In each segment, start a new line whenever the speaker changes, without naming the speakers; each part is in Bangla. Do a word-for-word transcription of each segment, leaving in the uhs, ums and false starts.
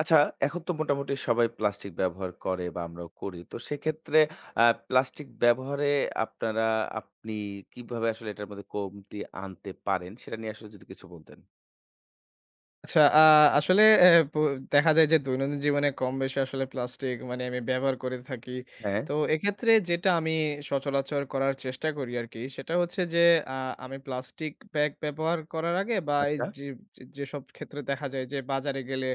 আচ্ছা, এখন তো মোটামুটি সবাই প্লাস্টিক ব্যবহার করে বা আমরাও করি। তো সেক্ষেত্রে আ প্লাস্টিক ব্যবহারে আপনারা আপনি কিভাবে আসলে এটার মধ্যে কমতি আনতে পারেন সেটা নিয়ে আসলে যদি কিছু বলতেন?
আচ্ছা, আ আসলে অ্যা প দেখা যায় যে দৈনন্দিন জীবনে কম বেশি আসলে প্লাস্টিক মানে আমি ব্যবহার করে থাকি।
হ্যাঁ,
তো এক্ষেত্রে যেটা আমি সচরাচর করার চেষ্টা করি আরকি সেটা হচ্ছে যে আ আমি প্লাস্টিক ব্যাগ ব্যবহার করার আগে বা এই
আচ্ছা।
যে যে যেসব ক্ষেত্রে দেখা যায় যে বাজারে গেলে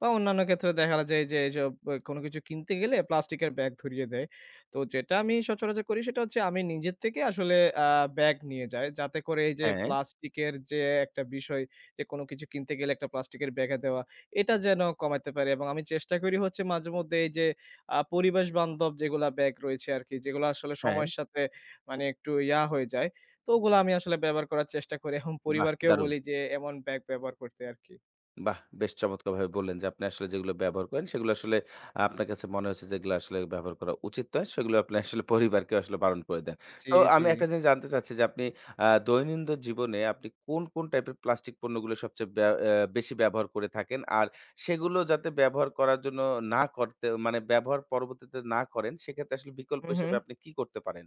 বা অন্যান্য ক্ষেত্রে দেখা যায় যে এসব আ কোনো কিছু কিনতে গেলে প্লাস্টিকের ব্যাগ ধরিয়ে দেয়। তো যেটা আমি সচরাচর করি সেটা হচ্ছে আমি নিজের থেকে আসলে আ ব্যাগ নিয়ে যাই। যাতে করে এই যে
হ্যাঁ,
প্লাস্টিকের যে একটা বিষয়, যে কোনো কিছু কিনতে গেলে একটা প্লাস্টিকের ব্যাগে দেওয়া, এটা যেন কমাইতে পারি। এবং আমি চেষ্টা করি হচ্ছে মাঝেমধ্যে এই যে আ পরিবেশ বান্ধব যেগুলা ব্যাগ রয়েছে আরকি, যেগুলো আসলে
হ্যাঁ।
সময়ের সাথে মানে একটু ইয়া হয়ে যায়। তো ওগুলো আমি আসলে ব্যবহার করার চেষ্টা করি। এখন
বাহ!
পরিবারকেও
দারুণ।
বলি যে এমন ব্যাগ ব্যবহার করতে আরকি।
বাহ! বেশ চমৎকারভাবে বললেন যে, আপনি আসলে যেগুলো ব্যবহার করেন, সেগুলো আসলে আপনার কাছে মনে হয়েছে যেগুলো আসলে ব্যবহার করা উচিত নয়, সেগুলো আপনি আসলে পরিবারকে আসলে বারণ করে দেন।
জি,
তো
জি।
আমি একটা জিনিস জানতে চাচ্ছি যে, আপনি আ দৈনন্দিন জীবনে আপনি কোন, কোন টাইপের প্লাস্টিক পণ্যগুলো সবচেয়ে ব্যা অ্যা বেশি ব্যবহার করে থাকেন? আর সেগুলো যাতে ব্যবহার করার জন্য না করতে মানে ব্যবহার পরবর্তীতে না করেন, সেক্ষেত্রে আসলে বিকল্প
হু, হু।
হিসেবে আপনি কি করতে পারেন?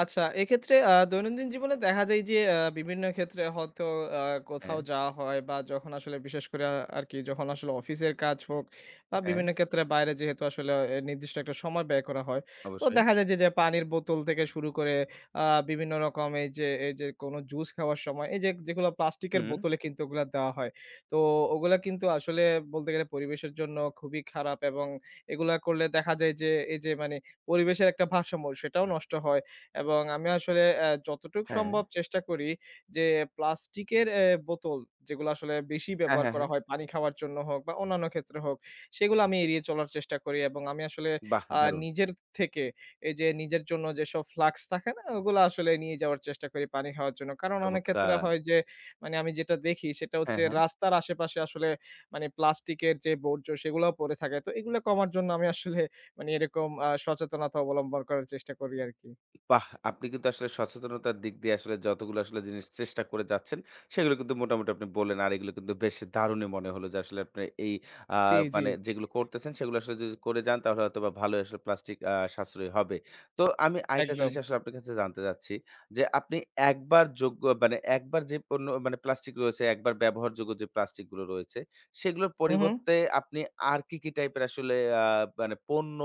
আচ্ছা, এক্ষেত্রে আ দৈনন্দিন জীবনে দেখা যায় যে আ বিভিন্ন ক্ষেত্রে হয়তো আ কোথাও
হ্যাঁ,
যাওয়া হয় বা যখন আসলে বিশেষ করে আ আরকি যখন আসলে অফিসের কাজ হোক বা
হ্যাঁ,
বিভিন্ন ক্ষেত্রে বাইরে যেহেতু আসলে এ নির্দিষ্ট একটা সময় ব্যয় করা হয়। তো
অবশ্যই।
দেখা যায় যে, যে পানির বোতল থেকে শুরু করে আ বিভিন্ন রকম এই যে, এই যে কোনো জুস খাওয়ার সময় এই যে যেগুলো প্লাস্টিকের
হুম,
বোতলে কিন্তু ওগুলা দেওয়া হয়। তো ওগুলা কিন্তু আসলে বলতে গেলে পরিবেশের জন্য খুবই খারাপ এবং এগুলা করলে দেখা যায় যে এই যে মানে পরিবেশের একটা ভারসাম্য সেটাও নষ্ট হয়। এবং আমি আসলে অ্যা যতটুক
হ্যাঁ।
সম্ভব চেষ্টা করি যে প্লাস্টিকের অ্যা বোতল, যেগুলো আসলে বেশি
হ্যাঁ,
ব্যবহার
হ্যাঁ,
করা
হ্যাঁ।
হয় পানি খাওয়ার জন্য হোক বা অন্যান্য ক্ষেত্রে হোক, সেগুলো আমি এড়িয়ে চলার চেষ্টা করি। এবং আমি আসলে
বাহ!
আ
দারুণ।
নিজের থেকে এই যে নিজের জন্য যেসব ফ্লাস্ক থাকে না? ওগুলো আসলে নিয়ে যাওয়ার চেষ্টা করি পানি খাওয়ার জন্য। কারণ অনেক ক্ষেত্রে
চমৎকার!
হয় যে মানে আমি যেটা দেখি সেটা
হ্যাঁ,
হচ্ছে
হ্যাঁ।
রাস্তার আশেপাশে আসলে মানে প্লাস্টিকের যে বর্জ্য সেগুলাও পড়ে থাকে। তো এগুলো কমার জন্য আমি আসলে মানে এরকম আ সচেতনতা অবলম্বন করার চেষ্টা করি আরকি।
বাহ! আপনি কিন্তু আসলে সচেতনতার দিক দিয়ে আসলে যতগুলো আসলে জিনিস চেষ্টা করে যাচ্ছেন, সেগুলো কিন্তু মোটামুটি আপনি বললেন। আর এগুলো কিন্তু বেশ দারুণই মনে হলো যে আসলে আপনি এই আ
জি, জি,
মানে যেগুলো করতেছেন সেগুলো আসলে যদি করে যান তাহলে হয়তোবা ভালোই আসলে প্লাস্টিক আ সাশ্রয়ী হবে। তো আমি আরেকটা
একদম।
জিনিস আসলে আপনার কাছে জানতে চাচ্ছি যে আপনি একবার যোগ্য মানে একবার যে পণ্য মানে প্লাস্টিক রয়েছে, একবার ব্যবহারযোগ্য যে প্লাস্টিক গুলো রয়েছে, সেগুলোর
হু, হু।
পরিবর্তে আপনি আর কি, কি টাইপের আসলে আ মানে পণ্য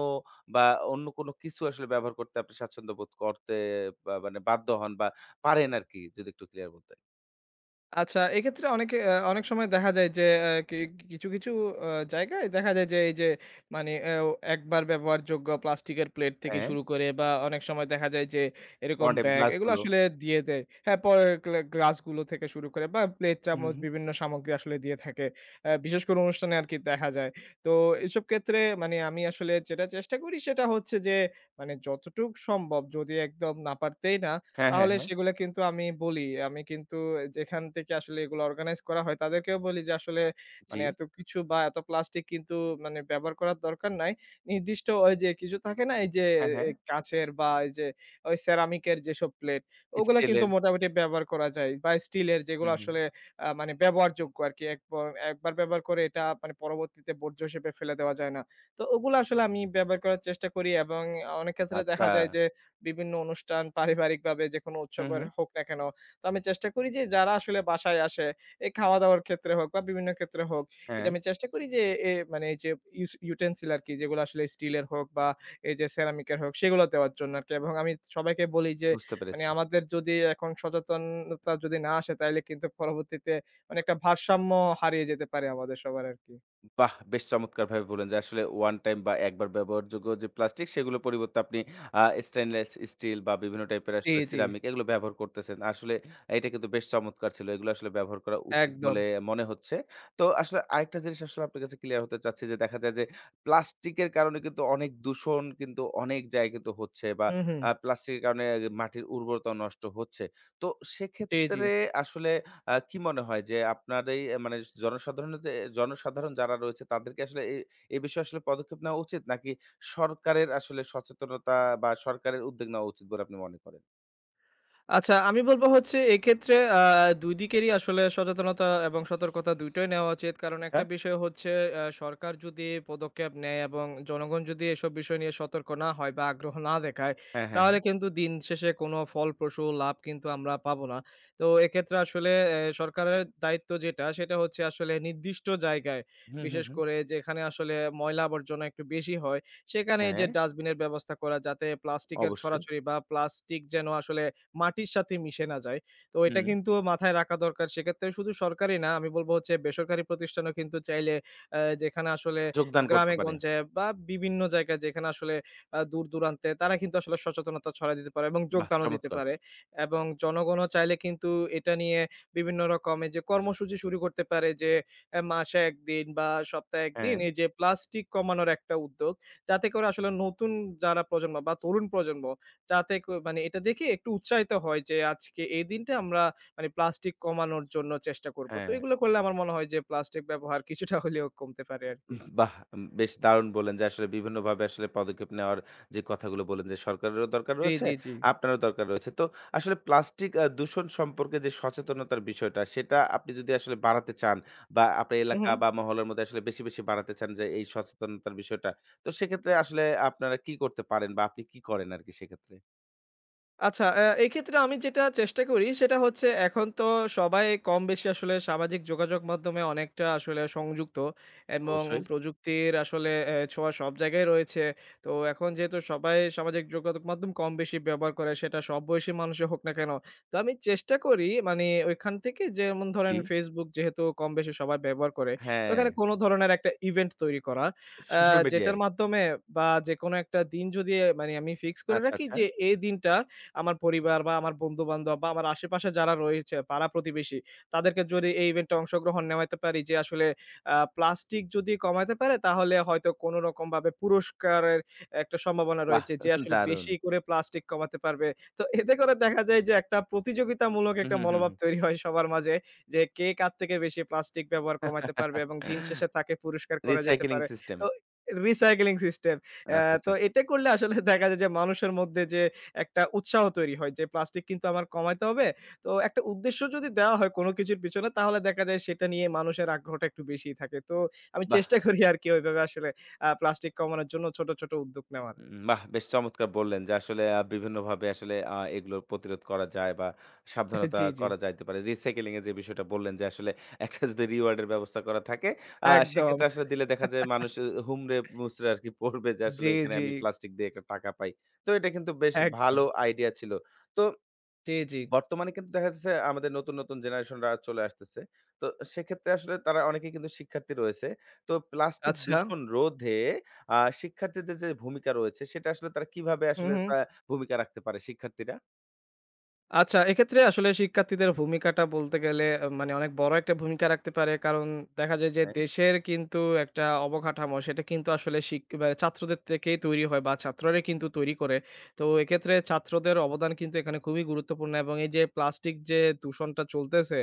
বা অন্য কোনো কিছু আসলে ব্যবহার করতে আপনি স্বাচ্ছন্দ্য বোধ করতে বা মানে বাধ্য হন বা পারেন আরকি যদি একটু ক্লিয়ার বলতেন।
আচ্ছা, এক্ষেত্রে অনেকে আ অনেক সময় দেখা যায় যে আ কি কিছু, কিছু আ জায়গায় দেখা যায় যে এই যে মানে এও একবার ব্যবহারযোগ্য প্লাস্টিকের প্লেট থেকে
হ্যাঁ,
শুরু করে বা অনেক সময় দেখা যায় যে এরকম
ওয়ান টাইম
ব্যাগ এগুলো
গ্লাসগুলো।
আসলে দিয়ে দেয়। হ্যাঁ, পরে গ্লা গ্লাসগুলো থেকে শুরু করে বা প্লেট,
হুম,
চামচ
হুম।
বিভিন্ন সামগ্রী আসলে দিয়ে থাকে। আ বিশেষ করে অনুষ্ঠানে আরকি দেখা যায়। তো এসব ক্ষেত্রে মানে আমি আসলে যেটা চেষ্টা করি সেটা হচ্ছে যে, মানে যতটুক সম্ভব যদি একদম না পারতেই না,
হ্যাঁ, হ্যাঁ,
তাহলে
হ্যাঁ।
সেগুলা কিন্তু আমি বলি। আমি কিন্তু যেখান থেকে আসলে এগুলো অর্গানাইজ করা হয় তাদেরকেও বলি যে আসলে
জি।
মানে এত কিছু বা এত প্লাস্টিক কিন্তু মানে ব্যবহার করার দরকার নাই। নির্দিষ্ট ওই যে কিছু থাকে না, এই যে
হ্যাঁ, হ্যাঁ।
এ কাঁচের বা এই যে ওই সেরামিকের যেসব প্লেট, ওগুলা কিন্তু
স্টিলের।
মোটামুটি ব্যবহার করা যায় বা স্টিলের যেগুলো
হুম, হুম।
আসলে আ মানে ব্যবহারযোগ্য আরকি। একবার একবার ব্যবহার করে এটা মানে পরবর্তীতে বর্জ্য হিসেবে ফেলে দেওয়া যায় না। তো ওগুলো আসলে আমি ব্যবহার করার চেষ্টা করি এবং অনেক ক্ষেত্রে
আচ্ছা।
দেখা যায় যে বিভিন্ন অনুষ্ঠান পারিবারিকভাবে যেকোনো
হুম,
উৎসবের
হুম।
হোক না কেন। তো আমি চেষ্টা করি যে যারা আসলে বাসায় আসে, এই খাওয়া-দাওয়ার ক্ষেত্রে হোক বা বিভিন্ন ক্ষেত্রে হোক, এই যে
হ্যাঁ,
আমি চেষ্টা করি যে এ মানে এই যে ইউস ইউটেনসিল আরকি, যেগুলো আসলে স্টিলের হোক বা এই যে সেরামিকের হোক সেগুলো দেওয়ার জন্য আরকি। এবং আমি সবাইকে বলি যে,
বুঝতে
মানে
পেরেছি।
আমাদের যদি এখন সচেতনতা যদি না আসে তাইলে কিন্তু পরবর্তীতে মানে একটা ভারসাম্য হারিয়ে যেতে পারে আমাদের সবার আরকি।
বাহ! বেশ চমৎকারভাবে বললেন যে আসলে ওয়ান টাইম বা একবার ব্যবহারযোগ্য যে প্লাস্টিক সেগুলোর পরিবর্তে আপনি আ স্টেইনলেস স্টিল বা বিভিন্ন টাইপের
জি,
আসলে
জি।
সিরামিক এগুলো ব্যবহার করতেছেন। আসলে এটা কিন্তু বেশ চমৎকার ছিল। এগুলো আসলে ব্যবহার করা উচিত
একদম।
বলে মনে হচ্ছে। তো আসলে আরেকটা জিনিস আসলে আপনার কাছে ক্লিয়ার হতে চাচ্ছি যে দেখা যায় যে প্লাস্টিকের কারণে কিন্তু অনেক দূষণ কিন্তু অনেক জায়গায় কিন্তু হচ্ছে বা
হুম, হুম।
আ প্লাস্টিকের কারণে মাটির উর্বরতাও নষ্ট হচ্ছে। তো
জি, জি।
সেক্ষেত্রে আসলে আ কি মনে হয় যে আপনার এই এ মানে জনসাধারণতে জনসাধারণ যারা রয়েছে তাদেরকে আসলে এ এই বিষয়ে আসলে পদক্ষেপ নেওয়া উচিত? নাকি সরকারের আসলে সচেতনতা বা সরকারের উদ্যোগ নেওয়া উচিত বলে আপনি মনে করেন?
আচ্ছা, আমি বলব হচ্ছে এক্ষেত্রে আ দুই দিকেরই আসলে সচেতনতা এবং সতর্কতা দুই টাই নেওয়া উচিত। কারণ একটা
হ্যাঁ?
বিষয় হচ্ছে, আ সরকার যদি পদক্ষেপ নেয় এবং জনগণ যদি এসব বিষয় নিয়ে সতর্ক না হয় বা আগ্রহ না দেখায়,
হ্যাঁ, হ্যাঁ, হ্যাঁ।
তাহলে কিন্তু দিন শেষে কোনো ফলপ্রসূ লাভ কিন্তু আমরা পাবো না। তো এক্ষেত্রে আসলে এ সরকারের দায়িত্ব যেটা সেটা হচ্ছে আসলে নির্দিষ্ট জায়গায়,
হুম, হুম,
বিশেষ
হুম।
করে যেখানে আসলে ময়লা আবর্জনা একটু বেশি হয়, সেখানে যে
হ্যাঁ,
ডাস্টবিনের ব্যবস্থা করা, যাতে প্লাস্টিকের
অবশ্যই।
ছড়াছড়ি বা প্লাস্টিক যেন আসলে মাটির সাথে মিশে না যায়। তো এটা
হুম,
কিন্তু মাথায় রাখা দরকার। সেক্ষেত্রে শুধু সরকারি না, আমি বলব হচ্ছে বেসরকারি প্রতিষ্ঠানও কিন্তু চাইলে আ যেখানে আসলে
যোগদান করতে পারে।
গ্রামে-গঞ্জে বা বিভিন্ন জায়গায় যেখানে আসলে আ দূর-দূরান্তে তারা কিন্তু আসলে সচেতনতা ছড়ায় দিতে পারে এবং
বাহ!
যোগদানও দিতে
চমৎকার।
পারে। এবং জনগণও চাইলে কিন্তু এটা নিয়ে বিভিন্ন রকম এই যে কর্মসূচি শুরু করতে পারে যে এ মাসে এক দিন বা সপ্তাহে এক দিন
হ্যাঁ,
এই যে প্লাস্টিক কমানোর একটা উদ্যোগ। যাতে করে আসলে নতুন যারা প্রজন্ম বা তরুণ প্রজন্ম যাতে ক মানে এটা দেখে একটু উৎসাহিত হয় যে আজকে এই দিনটা আমরা মানে প্লাস্টিক কমানোর জন্য চেষ্টা করব। তো
হ্যাঁ।
এগুলো করলে আমার মনে হয় যে প্লাস্টিক ব্যবহার কিছুটা হলেও কমতে পারে আরকি।
বাহ! বেশ দারুণ বললেন যে আসলে বিভিন্নভাবে আসলে পদক্ষেপ নেওয়ার যে কথাগুলো বললেন যে সরকারেরও দরকার
জি,
রয়েছে,
জি, জি।
আপনারও দরকার রয়েছে। তো আসলে প্লাস্টিক আ দূষণ সম্পর্কে যে সচেতনতার বিষয়টা সেটা আপনি যদি আসলে বাড়াতে চান বা আপনার
হু,
এলাকা
হু।
বা মহল্লার মধ্যে আসলে বেশি, বেশি বাড়াতে চান যে এই সচেতনতার বিষয়টা। তো সেক্ষেত্রে আসলে আপনারা কি করতে পারেন বা আপনি কি করেন আরকি সেক্ষেত্রে?
আচ্ছা, অ্যা এক্ষেত্রে আমি যেটা চেষ্টা করি সেটা হচ্ছে এখন তো সবাই কম বেশি আসলে সামাজিক যোগাযোগ মাধ্যমে অনেকটা আসলে সংযুক্ত এবং
অবশ্যই।
প্রযুক্তির আসলে অ্যা ছোঁয়া সব জায়গায় রয়েছে। তো এখন যেহেতু সবাই সামাজিক যোগাযোগ মাধ্যম কম বেশি ব্যবহার করে সেটা সব বয়সী মানুষই হোক না কেন। তো আমি চেষ্টা করি মানে ওইখান থেকে, যেমন ধরেন
জি।
Facebook যেহেতু কম বেশি সবাই ব্যবহার করে,
হ্যাঁ,
ওখানে কোনো ধরনের একটা ইভেন্ট তৈরি করা। অ্যা
সোশ্যাল মিডিয়ায়।
যেটার মাধ্যমে বা যেকোনো একটা দিন যদি মানে আমি ফিক্স করে
আচ্ছা,
রাখি
আচ্ছা।
যে এই দিনটা আমার পরিবার বা আমার বন্ধু-বান্ধব বা আমার আশেপাশে যারা রয়েছে পাড়া-প্রতিবেশী, তাদেরকে যদি এই ইভেন্টে অংশগ্রহণ নেওয়াইতে পারি, যে আসলে আ প্লাস্টিক যদি কমাইতে পারে তাহলে হয়তো কোনো রকমভাবে পুরস্কারের একটা সম্ভাবনা
বাহ!
রয়েছে যে আসলে
দারুণ।
বেশি করে প্লাস্টিক কমাতে পারবে। তো এতে করে দেখা যায় যে একটা প্রতিযোগিতামূলক
হুম,
একটা
হুম, হুম,
মনোভাব
হুম।
তৈরি হয় সবার মাঝে যে কে কার থেকে বেশি প্লাস্টিক ব্যবহার কমাইতে পারবে, এবং দিন শেষে তাকে পুরস্কার করা যেতে
রিসাইক্লিং
পারে।
সিস্টেম।
তো রিসাইক্লিং সিস্টেম। অ্যা
আচ্ছা, আচ্ছা।
তো এটা করলে আসলে দেখা যায় যে মানুষের মধ্যে যে একটা উৎসাহ তৈরি হয় যে প্লাস্টিক কিন্তু আমার কমাইতে হবে। তো একটা উদ্দেশ্য যদি দেওয়া হয় কোনো কিছুর পিছনে, তাহলে দেখা যায় সেটা নিয়ে মানুষের আগ্রহটা একটু বেশিই থাকে। তো আমি
বাহ!
চেষ্টা করি আরকি ওইভাবে আসলে আ প্লাস্টিক কমানোর জন্য ছোট, ছোট উদ্যোগ নেওয়ার।
উম বাহ! বেশ চমৎকার বললেন যে আসলে আ বিভিন্নভাবে আসলে আ এগুলো প্রতিরোধ করা যায় বা সাবধানতা
জি, জি।
করা যাইতে পারে। রিসাইকেলিং এর যে বিষয়টা বললেন যে আসলে একটা যদি রিওয়ার্ড এর ব্যবস্থা করা থাকে, আ
একদম।
সেক্ষেত্রে আসলে দিলে দেখা যায় মানুষ অ হুমড়ে মুচড়ে আরকি পড়বে যে আসলে
জি,
এখানে
জি।
আমি প্লাস্টিক দিয়ে একটা টাকা পাই। তো এটা কিন্তু বেশ ভালো
একদম।
আইডিয়া ছিল। তো
জি, জি।
বর্তমানে কিন্তু দেখা যাচ্ছে আমাদের নতুন, নতুন জেনারেশনরা চলে আসতেছে। তো সেক্ষেত্রে আসলে তারা অনেকেই কিন্তু শিক্ষার্থী রয়েছে। তো প্লাস্টিক
আচ্ছা।
দূষণ রোধে আ শিক্ষার্থীদের যে ভূমিকা রয়েছে সেটা আসলে তারা কিভাবে
হু,
আসলে
হু।
তা ভূমিকা রাখতে পারে শিক্ষার্থীরা?
আচ্ছা, এক্ষেত্রে আসলে শিক্ষার্থীদের ভূমিকাটা বলতে গেলে আ মানে অনেক বড় একটা ভূমিকা রাখতে পারে। কারণ দেখা যায় যে
হ্যাঁ,
দেশের কিন্তু একটা অবকাঠামো সেটা কিন্তু আসলে শিক বা ছাত্রদের থেকেই তৈরি হয় বা ছাত্ররাই কিন্তু তৈরি করে। তো এক্ষেত্রে ছাত্রদের অবদান কিন্তু এখানে খুবই গুরুত্বপূর্ণ, এবং এই যে প্লাস্টিক যে দূষণটা চলতেছে,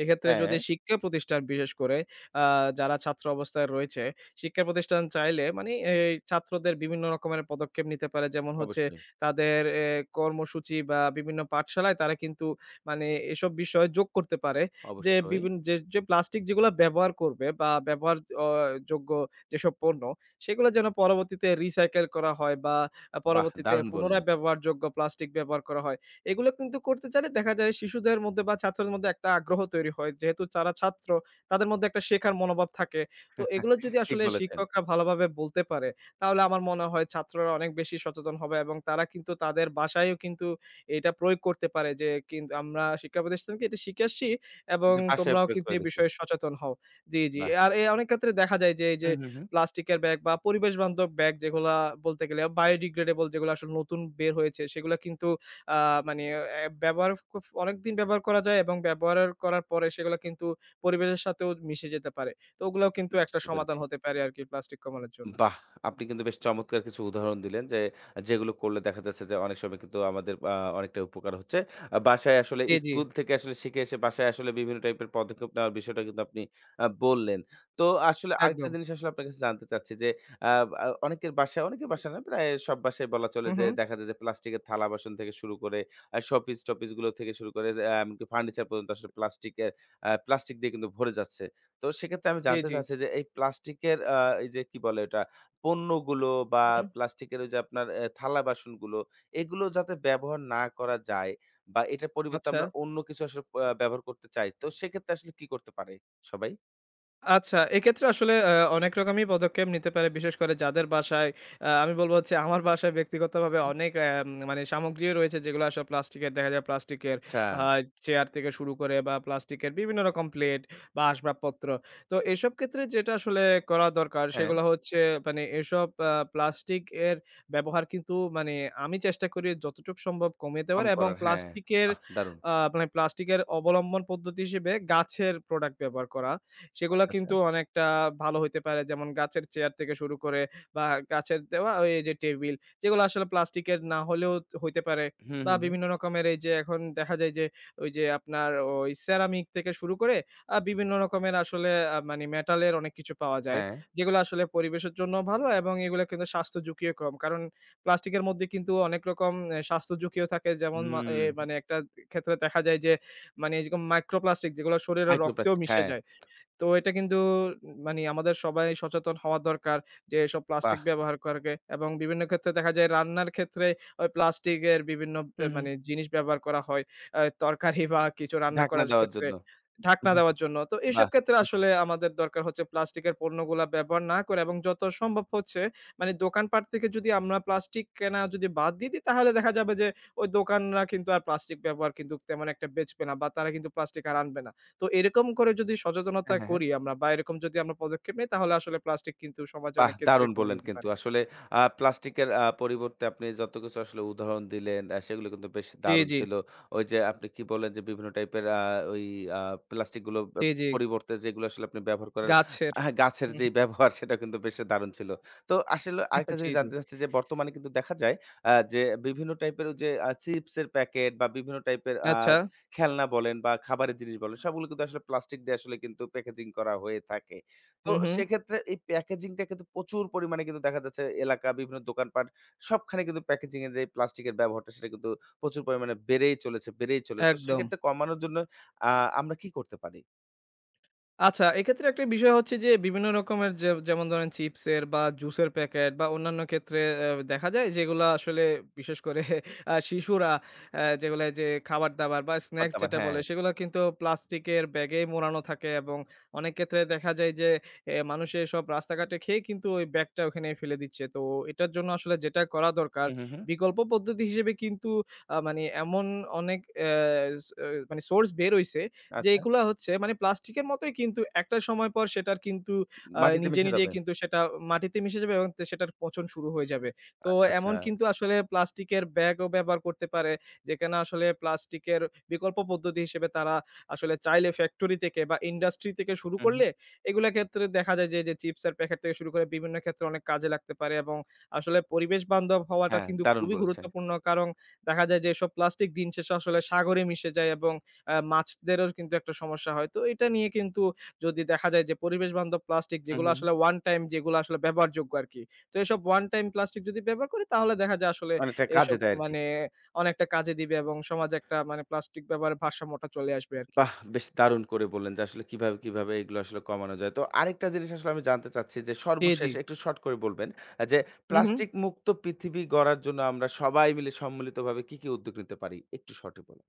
এক্ষেত্রে
হ্যাঁ,
যদি শিক্ষা প্রতিষ্ঠান, বিশেষ করে আ যারা ছাত্র অবস্থায় রয়েছে, শিক্ষা প্রতিষ্ঠান চাইলে মানে এই ছাত্রদের বিভিন্ন রকমের পদক্ষেপ নিতে পারে। যেমন হচ্ছে
অবশ্যই,
তাদের এ কর্মসূচি বা বিভিন্ন পাঠশালায় তারা কিন্তু মানে এসব বিষয় যোগ করতে পারে। যে
অবশ্যই।
বিভিন যে, যে প্লাস্টিক যেগুলা ব্যবহার করবে বা ব্যবহার অ যোগ্য যেসব পণ্য, সেগুলো যেন পরবর্তীতে রিসাইকেল করা হয় বা আ
বাহ!
পরবর্তীতে
দারুণ বললেন।
পুনরায় ব্যবহারযোগ্য প্লাস্টিক ব্যবহার করা হয়। এগুলো কিন্তু করতে চাইলে দেখা যায় শিশুদের মধ্যে বা ছাত্রদের মধ্যে একটা আগ্রহ তৈরি হয়। যেহেতু তারা ছাত্র, তাদের মধ্যে একটা শেখার মনোভাব থাকে। তো এগুলো যদি
ঠিক
আসলে
বলেছেন।
শিক্ষকরা ভালোভাবে বলতে পারে, তাহলে আমার মনে হয় ছাত্ররা অনেক বেশি সচেতন হবে এবং তারা কিন্তু তাদের বাসায়ও কিন্তু এটা প্রয়োগ করতে পারে যে কিন্তু আমরা শিক্ষা প্রতিষ্ঠানকে এটা শিখে আসছি, এবং
যে ভাষায়
তোমরাও
প্রয়োগ
কিন্তু
করে
এই
দেখি।
বিষয়ে সচেতন হও। জি, জি।
বাহ!
আর এ অনেক ক্ষেত্রে দেখা যায় যে এই
হু,
যে
হু, হু।
প্লাস্টিকের ব্যাগ বা পরিবেশ বান্ধব ব্যাগ যেগুলা, বলতে গেলে biodegradable, যেগুলো আসলে নতুন বের হয়েছে সেগুলা কিন্তু আ মানে এ ব্যবহার কুফ অনেকদিন ব্যবহার করা যায় এবং ব্যবহার করার পরে সেগুলা কিন্তু পরিবেশের সাথেও মিশে যেতে পারে। তো ওগুলাও কিন্তু একটা
বুঝতে
সমাধান
পেরেছি।
হতে পারে আরকি প্লাস্টিক কমানোর জন্য।
বাহ! আপনি কিন্তু বেশ চমৎকার কিছু উদাহরণ দিলেন যে, যেগুলো করলে দেখা যাচ্ছে যে, অনেক সময় কিন্তু আমাদের আ অনেকটা উপকার হচ্ছে। আ বাসায় আসলে
জি, জি।
স্কুল থেকে আসলে শিখে এসে বাসায় আসলে বিভিন্ন টাইপের পদক্ষেপ নেওয়ার বিষয়টা কিন্তু আপনি আ বললেন। তো আসলে আরেকটা
একদম।
জিনিস আসলে আপনার কাছে জানতে চাচ্ছি যে, আ আ অনেকের বাসায় অনেকের বাসায় না প্রায় সব বাসায় বলা চলে
হু,
যে,
হু।
দেখা যায় যে, প্লাস্টিকের থালা-বাসন থেকে শুরু করে আ শোপিস-টোপিস গুলো থেকে শুরু করে আ এমনকি ফার্নিচার পর্যন্ত আসলে প্লাস্টিকের আ প্লাস্টিক দিয়ে কিন্তু ভরে যাচ্ছে। তো সেক্ষেত্রে আমি
জি,
জানতে
জি।
চাচ্ছি যে এই প্লাস্টিকের আ এই যে কি বলে ওটা? পণ্যগুলো বা
হুম। হুম,
প্লাস্টিকের ওই যে আপনার এ থালা-বাসনগুলো এগুলো যাতে ব্যবহার না করা যায় বা এটার পরিবর্তে
আচ্ছা।
আমরা অন্য কিছু আসলে প ব্যবহার করতে চাই। তো সেক্ষেত্রে আসলে কি করতে পারে সবাই?
আচ্ছা, এক্ষেত্রে আসলে আ অনেক রকমই পদক্ষেপ নিতে পারে। বিশেষ করে যাদের বাসায় আ আমি বলব হচ্ছে, আমার বাসায় ব্যক্তিগতভাবে
হ্যাঁ?
অনেক এম মানে সামগ্রী রয়েছে যেগুলো আসলে প্লাস্টিকের, দেখা যায় প্লাস্টিকের
আচ্ছা,
আ চেয়ার থেকে শুরু করে বা প্লাস্টিকের বিভিন্ন রকম প্লেট বা আসবাবপত্র। তো এসব ক্ষেত্রে যেটা আসলে করা দরকার
হ্যাঁ,
সেগুলো হচ্ছে মানে এসব আ প্লাস্টিক এর ব্যবহার কিন্তু, মানে আমি চেষ্টা করি যতটুকু সম্ভব কমিয়ে
কম
দেওয়ার, এবং
করার হ্যাঁ,
প্লাস্টিকের
বাহ! দারুণ।
আ মানে প্লাস্টিকের অবলম্বন পদ্ধতি হিসেবে গাছের প্রোডাক্ট ব্যবহার করা। সেগুলা
আচ্ছা, আচ্ছা।
কিন্তু অনেকটা ভালো হইতে পারে। যেমন গাছের চেয়ার থেকে শুরু করে বা গাছের দেওয়া ওই যে টেবিল, যেগুলো আসলে প্লাস্টিকের না হলেও হইতে পারে,
হুম,
বা
হুম, হুম।
বিভিন্ন রকমের এই যে এখন দেখা যায় যে ওই যে আপনার ওই সেরামিক থেকে শুরু করে আ বিভিন্ন রকমের আসলে আ মানে মেটালের অনেক কিছু পাওয়া যায়।
হ্যাঁ,
যেগুলো আসলে পরিবেশের জন্য ভালো, এবং এগুলো কিন্তু স্বাস্থ্য ঝুঁকিও কম। কারণ প্লাস্টিকের মধ্যে কিন্তু অনেক রকম এ স্বাস্থ্য ঝুঁকিও থাকে। যেমন মা
হুম,
এ মানে একটা ক্ষেত্রে দেখা যায় যে মানে এরকম মাইক্রোপ্লাস্টিক, যেগুলো শরীরের রক্তেও
মাইক্রোপ্লাস্টিক
মিশে
হ্যাঁ,
যায়। তো এটা কিন্তু মানে আমাদের সবাই সচেতন হওয়া দরকার যে এসব
বাহ!
প্লাস্টিক ব্যবহার করবে, এবং বিভিন্ন ক্ষেত্রে দেখা যায় রান্নার ক্ষেত্রে ওই প্লাস্টিকের বিভিন্ন আ
হুম, হুম।
মানে জিনিস ব্যবহার করা হয়। আ তরকারি বা কিছু রান্না
ঢাকনা
করার
দেওয়ার
ক্ষেত্রে
জন্য।
ঢাকনা দেওয়ার জন্য। তো এসব
বাহ!
ক্ষেত্রে আসলে আমাদের দরকার হচ্ছে প্লাস্টিকের পণ্যগুলা ব্যবহার না করে, এবং যত সম্ভব হচ্ছে মানে দোকানপাট থেকে যদি আমরা প্লাস্টিক কেনা যদি বাদ দিয়ে দিই, তাহলে দেখা যাবে যে ওই দোকানরা কিন্তু আর প্লাস্টিক ব্যবহার কিন্তু তেমন একটা বেচবে না বা তারা কিন্তু প্লাস্টিক আর আনবে না। তো এরকম করে যদি
হ্যাঁ,
সচেতনতা
হ্যাঁ, হ্যাঁ।
করি আমরা, বা এরকম যদি আমরা পদক্ষেপ নেই, তাহলে আসলে প্লাস্টিক কিন্তু সমাজে
বাহ!
অনেক
দারুণ
ক্ষেত্রেই কমে
বললেন
যেতে
কিন্তু।
পারে।
আসলে আ প্লাস্টিকের আ পরিবর্তে আপনি যত কিছু আসলে উদাহরণ দিলেন, আ সেগুলো কিন্তু বেশ
জি,
দারুণ
জি,
ছিল। ওই যে আপনি কি বললেন যে বিভিন্ন টাইপের আ ওই আ প্লাস্টিক গুলো ব
জি, জি।
পরিবর্তে যেগুলো আসলে আপনি ব্যবহার করেন,
গাছের।
আহ গাছের
হুম,
যে
হুম।
ব্যবহার সেটা কিন্তু বেশ দারুণ ছিল। তো আসলে আরেকটা
জি,
জিনিস
জি।
জানতে চাচ্ছি যে বর্তমানে কিন্তু দেখা যায় আ যে বিভিন্ন টাইপের ওই যে আ চিপসের প্যাকেট বা বিভিন্ন টাইপের আ
আচ্ছা।
খেলনা বলেন বা খাবারের জিনিস বলেন, সবগুলো কিন্তু আসলে প্লাস্টিক দিয়ে আসলে কিন্তু প্যাকেজিং করা হয়ে থাকে। তো
হুম, হুম।
সেক্ষেত্রে এই প্যাকেজিংটা কিন্তু প্রচুর পরিমাণে কিন্তু দেখা যাচ্ছে এলাকা, বিভিন্ন দোকানপাট সবখানে কিন্তু প্যাকেজিং এর যে প্লাস্টিকের ব্যবহারটা সেটা কিন্তু প্রচুর পরিমাণে বেড়েই চলেছে, বেড়েই চলেছে। তো
একদম।
সেক্ষেত্রে কমানোর জন্য আ আমরা কি করতে পারি?
আচ্ছা, এক্ষেত্রে একটা বিষয় হচ্ছে যে বিভিন্ন রকমের যে, যেমন ধরেন চিপসের বা জুসের প্যাকেট বা অন্যান্য ক্ষেত্রে অ্যা দেখা যায় যেগুলা আসলে বিশেষ করে আ শিশুরা অ্যা যেগুলা, যে খাবার-দাবার বা স্ন্যাক্স
খাবার-দাবার
যেটা
হ্যাঁ।
বলে, সেগুলা কিন্তু প্লাস্টিকের ব্যাগেই মোড়ানো থাকে, এবং অনেক ক্ষেত্রে দেখা যায় যে এ মানুষে এসব রাস্তাঘাটে খেয়ে কিন্তু ওই ব্যাগটা ওখানে ফেলে দিচ্ছে। তো এটার জন্য আসলে যেটা করা দরকার,
হু, হু, হু।
বিকল্প পদ্ধতি হিসেবে কিন্তু আ মানে এমন অনেক অ্যা স আহ, মানে সোর্স বের হইছে যে
আচ্ছা।
এগুলা হচ্ছে মানে প্লাস্টিকের মতোই কিন্তু একটা সময় পর সেটার কিন্তু আ
মাটিতে
নিজে,
মিশে
নিজেই
যাবে।
কিন্তু সেটা মাটিতে মিশে যাবে এবং তে সেটার পচন শুরু হয়ে যাবে। তো
আচ্ছা, আচ্ছা।
এমন কিন্তু আসলে প্লাস্টিকের ব্যাগও ব্যবহার করতে পারে, যেখানে আসলে প্লাস্টিকের বিকল্প পদ্ধতি হিসেবে তারা আসলে চাইলে ফ্যাক্টরি থেকে বা ইন্ডাস্ট্রি থেকে শুরু
হু, হু।
করলে এগুলা ক্ষেত্রে দেখা যায় যে, যে চিপসের প্যাকেট থেকে শুরু করে বিভিন্ন ক্ষেত্রে অনেক কাজে লাগতে পারে, এবং আসলে পরিবেশ বান্ধব হওয়াটা
হ্যাঁ,
কিন্তু
দারুণ
খুবই
বলেছেন।
গুরুত্বপূর্ণ। কারণ দেখা যায় যে এসব প্লাস্টিক দিন শেষে আসলে সাগরে মিশে যায় এবং অ্যা মাছদেরও কিন্তু একটা সমস্যা হয়। তো এটা নিয়ে কিন্তু, যদি দেখা যায় যে পরিবেশ বান্ধব প্লাস্টিক,
হু,
যেগুলো
হু, হু।
আসলে ওয়ান টাইম, যেগুলো আসলে ব্যবহারযোগ্য আরকি। তো এসব ওয়ান টাইম প্লাস্টিক যদি ব্যবহার করি তাহলে দেখা যায় আসলে
অনেকটা কাজে
এসব
দেয় আরকি।
মানে অনেকটা কাজে দিবে, এবং সমাজে একটা মানে প্লাস্টিক ব্যবহারের ভারসাম্যটা চলে আসবে আরকি।
বাহ! বেশ দারুণ করে বললেন যে আসলে কিভাবে, কিভাবে এগুলো আসলে কমানো যায়। তো আরেকটা জিনিস আসলে আমি জানতে চাচ্ছি যে
জি, জি।
সর্বশেষ একটু শর্ট করে বলবেন আ যে
হু, হু।
প্লাস্টিক মুক্ত পৃথিবী গড়ার জন্য আমরা সবাই মিলে সম্মিলিতভাবে কি, কি উদ্যোগ নিতে পারি? একটু শর্টে বলুন।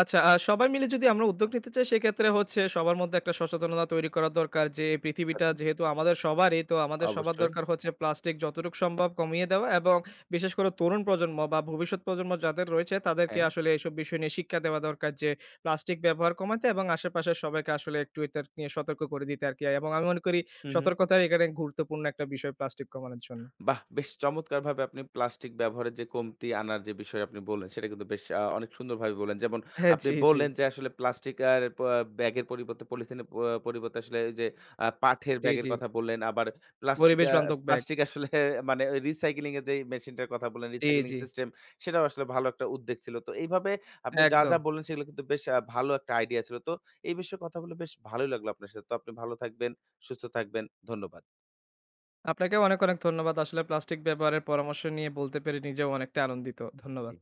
আচ্ছা, আ সবাই মিলে যদি আমরা উদ্যোগ নিতে চাই, সেক্ষেত্রে হচ্ছে সবার মধ্যে একটা সচেতনতা তৈরি করা দরকার যে এই পৃথিবীটা
আচ্ছা,
যেহেতু আমাদের সবারই, তো আমাদের সবার
অবশ্যই।
দরকার হচ্ছে প্লাস্টিক যতটুকু সম্ভব কমিয়ে দেওয়া, এবং বিশেষ করে তরুণ প্রজন্ম বা ভবিষ্যৎ প্রজন্ম যাদের রয়েছে তাদেরকে
হ্যাঁ।
আসলে এসব বিষয় নিয়ে শিক্ষা দেওয়া দরকার, যে প্লাস্টিক ব্যবহার কমাতে, এবং আশেপাশের সবাইকে আসলে একটু এটা নিয়ে সতর্ক করে দিতে আরকি। এবং আমি মনে করি
হু, হু।
সতর্কতার এখানে গুরুত্বপূর্ণ একটা বিষয় প্লাস্টিক কমানোর জন্য।
বাহ! বেশ চমৎকারভাবে আপনি প্লাস্টিক ব্যবহারের যে কমতি আনার যে বিষয় আপনি বললেন, সেটা কিন্তু বেশ আ অনেক সুন্দরভাবে বললেন। যেমন
হ্যাঁ,
আপনি
জি, জি,
বললেন যে আসলে প্লাস্টিক আর প ব্যাগের পরিবর্তে পলিথিনের প পরিবর্তে আসলে ওই যে আ পাটের
জি,
ব্যাগের
জি।
কথা বললেন। আবার প্লাস্টিক
পরিবেশ
আ
বান্ধব ব্যাগ।
প্লাস্টিক আসলে মানে ওই রিসাইক্লিং এর যেই মেশিনটার কথা বললেন,
জি,
রিসাইক্লিং
জি,
সিস্টেম সেটাও আসলে ভালো একটা উদ্যোগ ছিল। তো এইভাবে আপনি যা, যা
একদম।
বললেন সেগুলো কিন্তু বেশ আ ভালো একটা আইডিয়া ছিল। তো এই বিষয়ে কথা বলে বেশ ভালোই লাগলো আপনার সাথে। তো আপনি ভালো থাকবেন, সুস্থ থাকবেন। ধন্যবাদ।
আপনাকেও অনেক, অনেক ধন্যবাদ। আসলে প্লাস্টিক ব্যবহারের পরামর্শ নিয়ে বলতে পেরে নিজেও অনেকটা আনন্দিত।
জি।
ধন্যবাদ।